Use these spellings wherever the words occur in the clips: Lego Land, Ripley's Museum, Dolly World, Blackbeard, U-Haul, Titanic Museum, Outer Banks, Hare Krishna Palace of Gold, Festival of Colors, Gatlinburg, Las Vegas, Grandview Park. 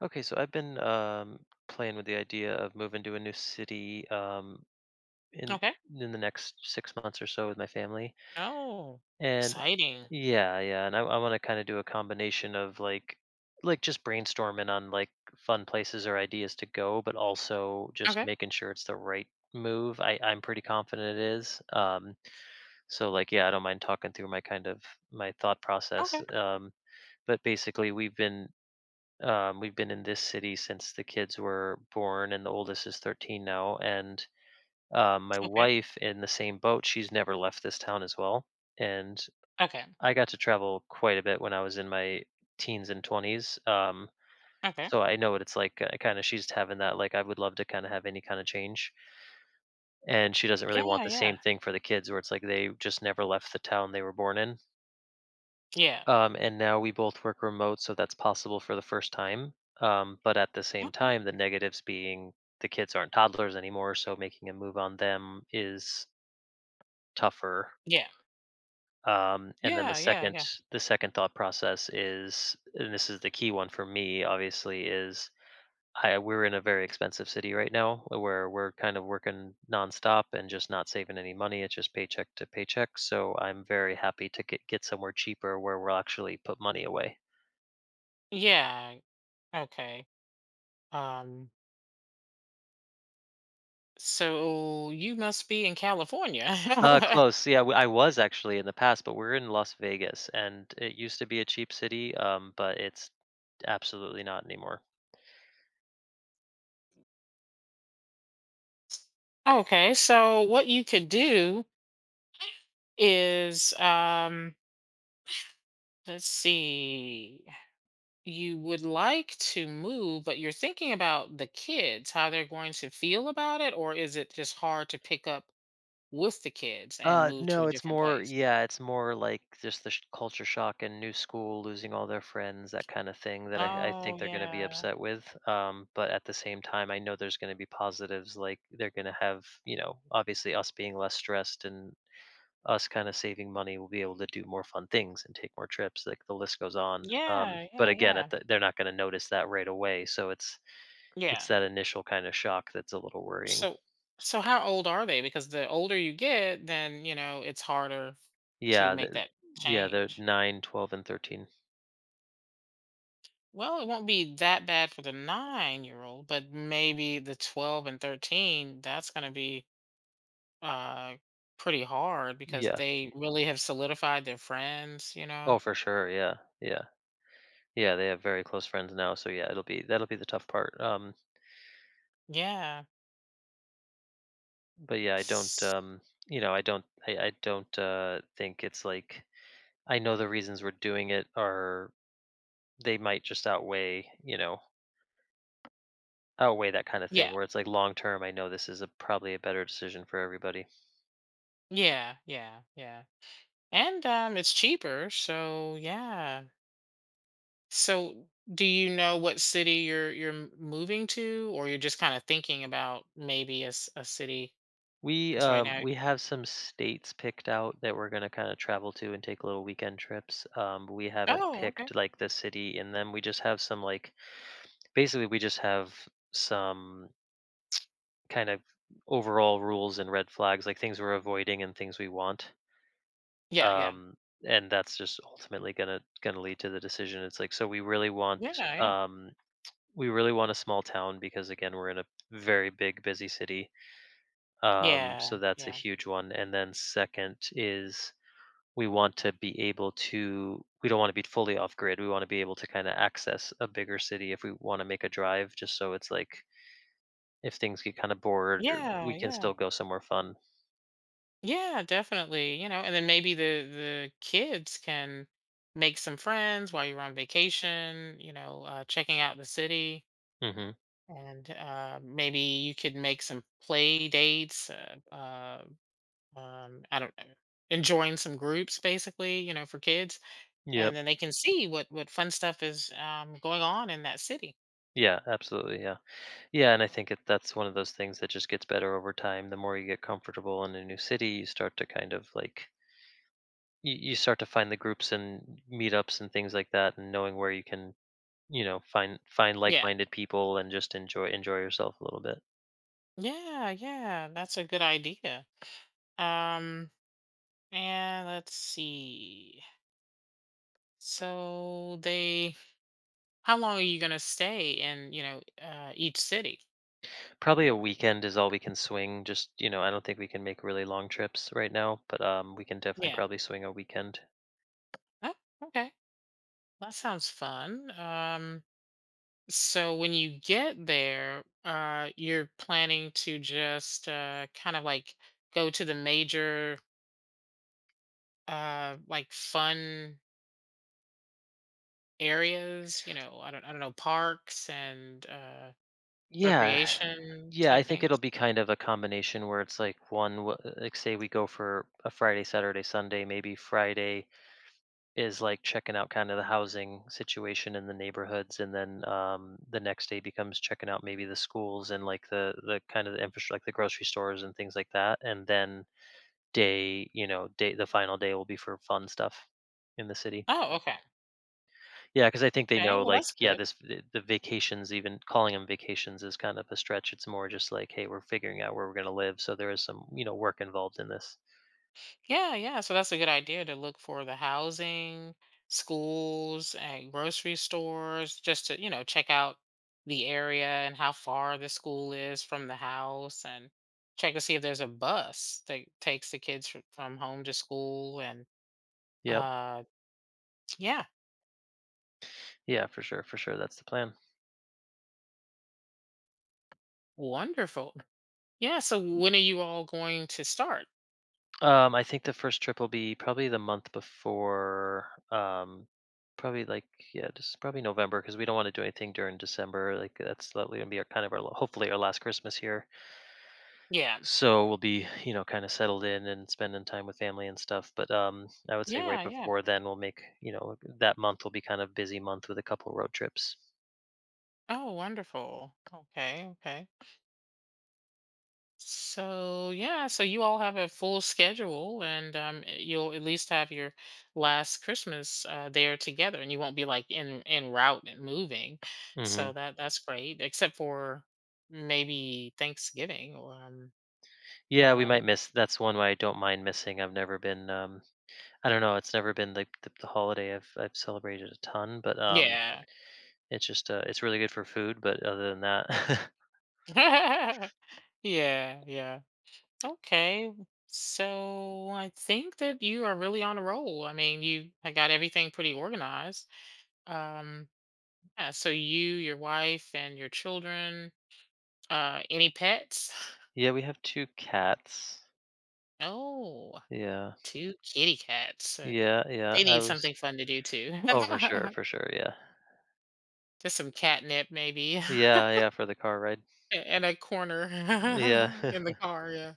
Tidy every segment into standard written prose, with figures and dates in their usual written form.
Okay, so I've been playing with the idea of moving to a new city, in Okay. in the next 6 months or so with my family. Oh, and exciting. yeah, yeah, and I, I want to kind of do a combination of like just brainstorming on like fun places or ideas to go, but also just Okay. making sure it's the right move. I'm pretty confident it is. So yeah, I don't mind talking through my kind of my thought process. Okay. But basically, we've been in this city since the kids were born, and the oldest is 13 now. And my Okay. wife, in the same boat, she's never left this town as well. And Okay. I got to travel quite a bit when I was in my teens and 20s. Um, Okay. so I know what it's like. She's having that, like, I would love to kind of have any kind of change, and she doesn't really want Yeah. the Yeah. same thing for the kids, where it's like they just never left the town they were born in. Yeah. And now we both work remote, so that's possible for the first time. But at the same Okay. time, the negatives being the kids aren't toddlers anymore, so making a move on them is tougher. Yeah. Um, and then the Yeah. Yeah. second, Yeah. the second thought process is, and this is the key one for me, obviously, is I we're in a very expensive city right now, where we're kind of working nonstop and just not saving any money. It's just paycheck to paycheck. So I'm very happy to get somewhere cheaper where we'll actually put money away. Yeah. Okay. Um. So you must be in California. Close. Yeah, w I was actually in the past, but we're in Las Vegas, and it used to be a cheap city, but it's absolutely not anymore. Okay. So what you could do is, let's see. You would like to move, but you're thinking about the kids, how they're going to feel about it, or is it just hard to pick up with the kids and Uh, moved to no, a it's different more place. yeah, it's more like just the sh culture shock and new school, losing all their friends, that kinda thing that I Oh, think they're gonna be yeah. upset with, but at the same time, I know there's gonna be positives, like, they're gonna have, you know, obviously us being less stressed and us kind of saving money. We will be able to do more fun things and take more trips. Like, the list goes on. Yeah, But yeah, again, yeah. They're not going to notice that right away, so it's Yeah. that initial kind of shock that's a little worrying. So how old are they? Because the older you get, then, it's harder to yeah make the, that yeah they're change. 9, 12, and 13. Well, it won't be that bad for the 9-year-old, but maybe the 12 and 13, that's gonna be, uh, pretty hard because Yeah, they really have solidified their friends, you oh know? for sure, yeah, yeah. Yeah, they have very close friends now, so yeah, it'll be that'll be the tough part. um Yeah. but yeah, i don't S um you know. I don't think it's like, I know the reasons we're doing it, are they might just outweigh, you know, outweigh that kind of thing, Yeah. where it's like long term, I know this is a probably a better decision for everybody. Yeah, yeah, yeah, yeah. And it's cheaper, so yeah. So do you know what city you're moving to, or you're just kind of thinking about maybe a city? we Because right um now. we have some states picked out that we're going to kind of travel to and take little weekend trips. We haven't Oh, okay. picked like the city in them. We just have some like, basically we just have some kind of overall rules and red flags, like things we're avoiding and things we want. Yeah, yeah, um and that's just ultimately going to lead to the decision. It's like, so we really want, yeah, yeah, yeah, um we really want a small town because again we're in a very big busy city. So that's a yeah, huge one. And then second is we want to be able to, we don't want to be fully off grid, we want to be able to kind of access a bigger city if we want to make a drive, just so it's like if things get kind of bored, we yeah, can yeah, still go somewhere fun. yeah, definitely. You know, and then maybe the kids can make some friends while you're on vacation. You know, checking out the city Hmm. and maybe you could make some play dates, I don't know, enjoying some groups basically, for kids, Yep. and then they can see what fun stuff is going on in that city. Yeah, absolutely, yeah. Yeah, and I think that's one of those things that just gets better over time. The more you get comfortable in a new city, you start to kind of like, you start to find the groups and meetups and things like that, and knowing where you can, you know, find Yeah, like-minded people and just enjoy yourself a little bit. yeah, yeah. That's a good idea. Um, and let's see. So they, how long are you gonna stay in each city? Probably a weekend is all we can swing. Just, you know, I don't think we can make really long trips right now, but we can definitely Yeah. probably swing a weekend. Oh, okay. That sounds fun. So when you get there, you're planning to just kind of like go to the major like fun areas, I don't know, parks and Yeah. recreation Yeah, I type think it'll things. be kind of a combination where it's like like, say we go for a Friday, Saturday, Sunday. Maybe Friday is like checking out kind of the housing situation in the neighborhoods, and then, the next day becomes checking out maybe the schools and like the kind of the infrastructure, like the grocery stores and things like that. And then day you know day, the final day will be for fun stuff in the city. Oh, okay, Yeah, because I think they okay, know, well like, that's yeah, good. this, the vacations, even calling them vacations is kind of a stretch. It's more just like, hey, we're figuring out where we're going to live, so there is some, you know, work involved in this. Yeah, yeah. So that's a good idea to look for the housing, schools, and grocery stores, just to, check out the area and how far the school is from the house and check to see if there's a bus that takes the kids from home to school. And Yep. uh yeah, Yeah, for sure, for sure, that's the plan. wonderful. Yeah, so when are you all going to start? I think the first trip will be probably the month before, probably like yeah, just probably November, because we don't want to do anything during December. Like, that's likely gonna be our kind of our hopefully our last Christmas here. Yeah. So we'll be, you know, kind of settled in and spending time with family and stuff. But I would say right Yeah, yeah. before then, we'll make, you know, that month will be kind of busy month with a couple road trips. Oh, wonderful. Okay, okay. So yeah, so you all have a full schedule, and you'll at least have your last Christmas there together, and you won't be like in route and moving. So Hmm. that's great, except for maybe Thanksgiving, or, Yeah, we might um, miss. That's one way I don't mind missing. I've never been. I don't know. It's never been like the holiday I've celebrated a ton, but yeah, it's just, it's really good for food, but other than that. yeah, yeah. Okay, so I think that you are really on a roll. I mean, you I got everything pretty organized. Um, yeah, so you, your wife, and your children. Any pets? Yeah, we have 2 cats. Oh, Yeah. 2 kitty cats. Uh, Yeah, yeah, they I need was something fun to do too. Oh, for sure, yeah. Just some catnip maybe a Yeah, yeah, for the car ride. and a corner Yeah. in the car, yeah.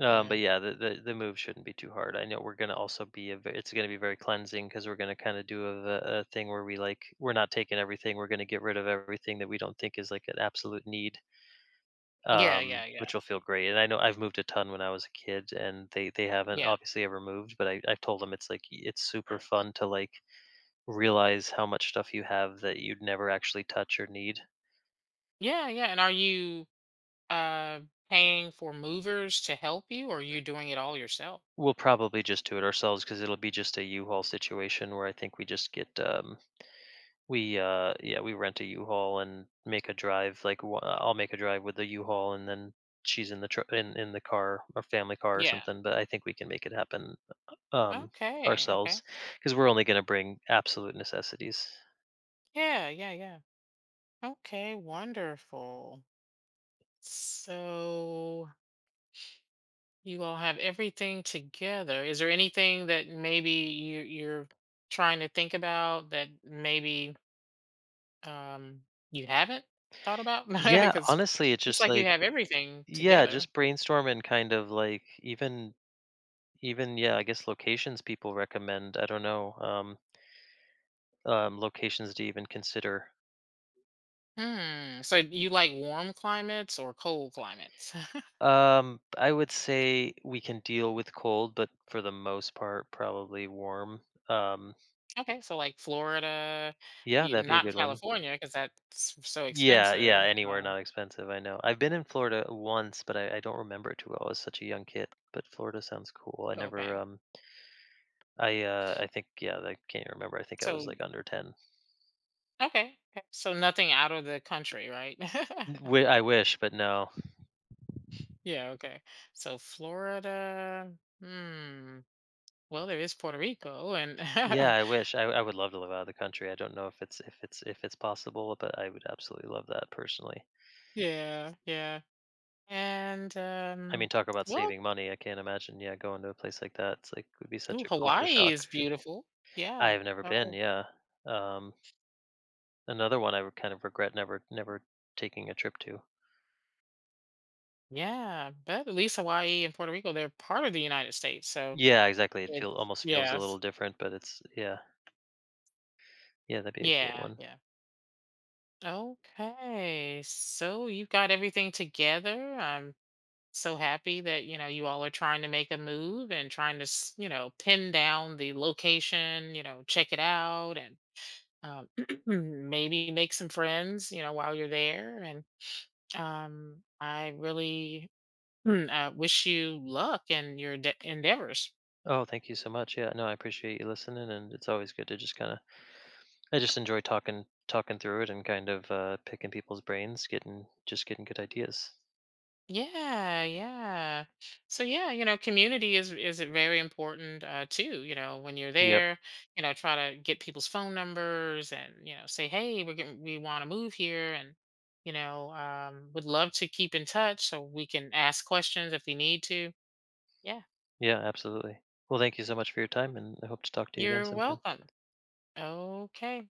Um, Yeah. but yeah, the move shouldn't be too hard. I know we're gonna also be a ve it's gonna be very cleansing, because we're gonna kinda do a thing where we, like, we're not taking everything, we're gonna get rid of everything that we don't think is, like, an absolute need. Yeah, yeah, yeah. Which will feel great. And I know I've moved a ton when I was a kid, and they haven't Yeah. obviously ever moved. But I have told them, it's like, it's super fun to like realize how much stuff you have that you'd never actually touch or need. Yeah, yeah, and are you, uh, paying for movers to help you, or are you doing it all yourself? We'll probably just do it ourselves, because it'll be just a U-Haul situation where I think we just get, we yeah, we rent a U-Haul and make a drive. Like, I'll make a drive with the U-Haul, and then she's in in the car, or family car or Yeah. something. But I think we can make it happen, um, Okay, okay. ourselves, because 'cause we're only gonna bring absolute necessities. Yeah, yeah, yeah. Okay, wonderful. So you all have everything together. Is there anything that maybe you're trying to think about that maybe um you haven't thought about? Yeah, Because honestly, it's it's just like you like, have everything yeah, together. just brainstorm and kind of like, even yeah, I guess locations people recommend. I don't know, locations to even consider. Hmm. So you like warm climates or cold climates? I would say we can deal with cold, but for the most part, probably warm. Um, Okay, so like Florida, yeah, that'd be a not good one. California because that's so Yeah, yeah, expensive. anywhere Um not expensive, I know. I've been in Florida once, but I don't remember it too well. I was such a young kid. But Florida sounds cool. I never okay. I I think, yeah, I can't even remember. I think I was So like under 10. okay. Okay. So nothing out of the country, right? I wish, but no. Yeah, okay. So Florida, hmm. Well, there is Puerto Rico and Yeah, I wish. I would love to live out of the country. I don't know if it's possible, but I would absolutely love that personally. yeah, yeah. And I mean, talk about well, saving money. I can't imagine, yeah, going to a place like that. It's like would be such ooh, a culture Hawaii shock. is beautiful. I Yeah. have never been, Oh, yeah. Um Another one I would kind of regret never taking a trip to. yeah. But at least Hawaii and Puerto Rico, they're part of the United States. So Yeah, exactly. It it's, feel Almost feels a yeah. little different, but it's, yeah. Yeah, that'd be a cool Yeah, one. yeah. Okay. So you've got everything together. I'm so happy that you all are trying to make a move and trying to pin down the location, check it out, and um, maybe make some friends while you're there, and I really wish you luck in your endeavors. Oh, thank you so much. Yeah, no, I appreciate you listening, and it's always good to just kind of, I just enjoy talking through it and kind of picking people's brains, getting just getting good ideas. Yeah, yeah. So yeah, community is very important too, when you're Yep. there, try to get people's phone numbers and, say, "Hey, we want to move here and, would love to keep in touch so we can ask questions if we need to." Yeah. Yeah, absolutely. Well, thank you so much for your time, and I hope to talk to you again You're sometime. welcome. Okay.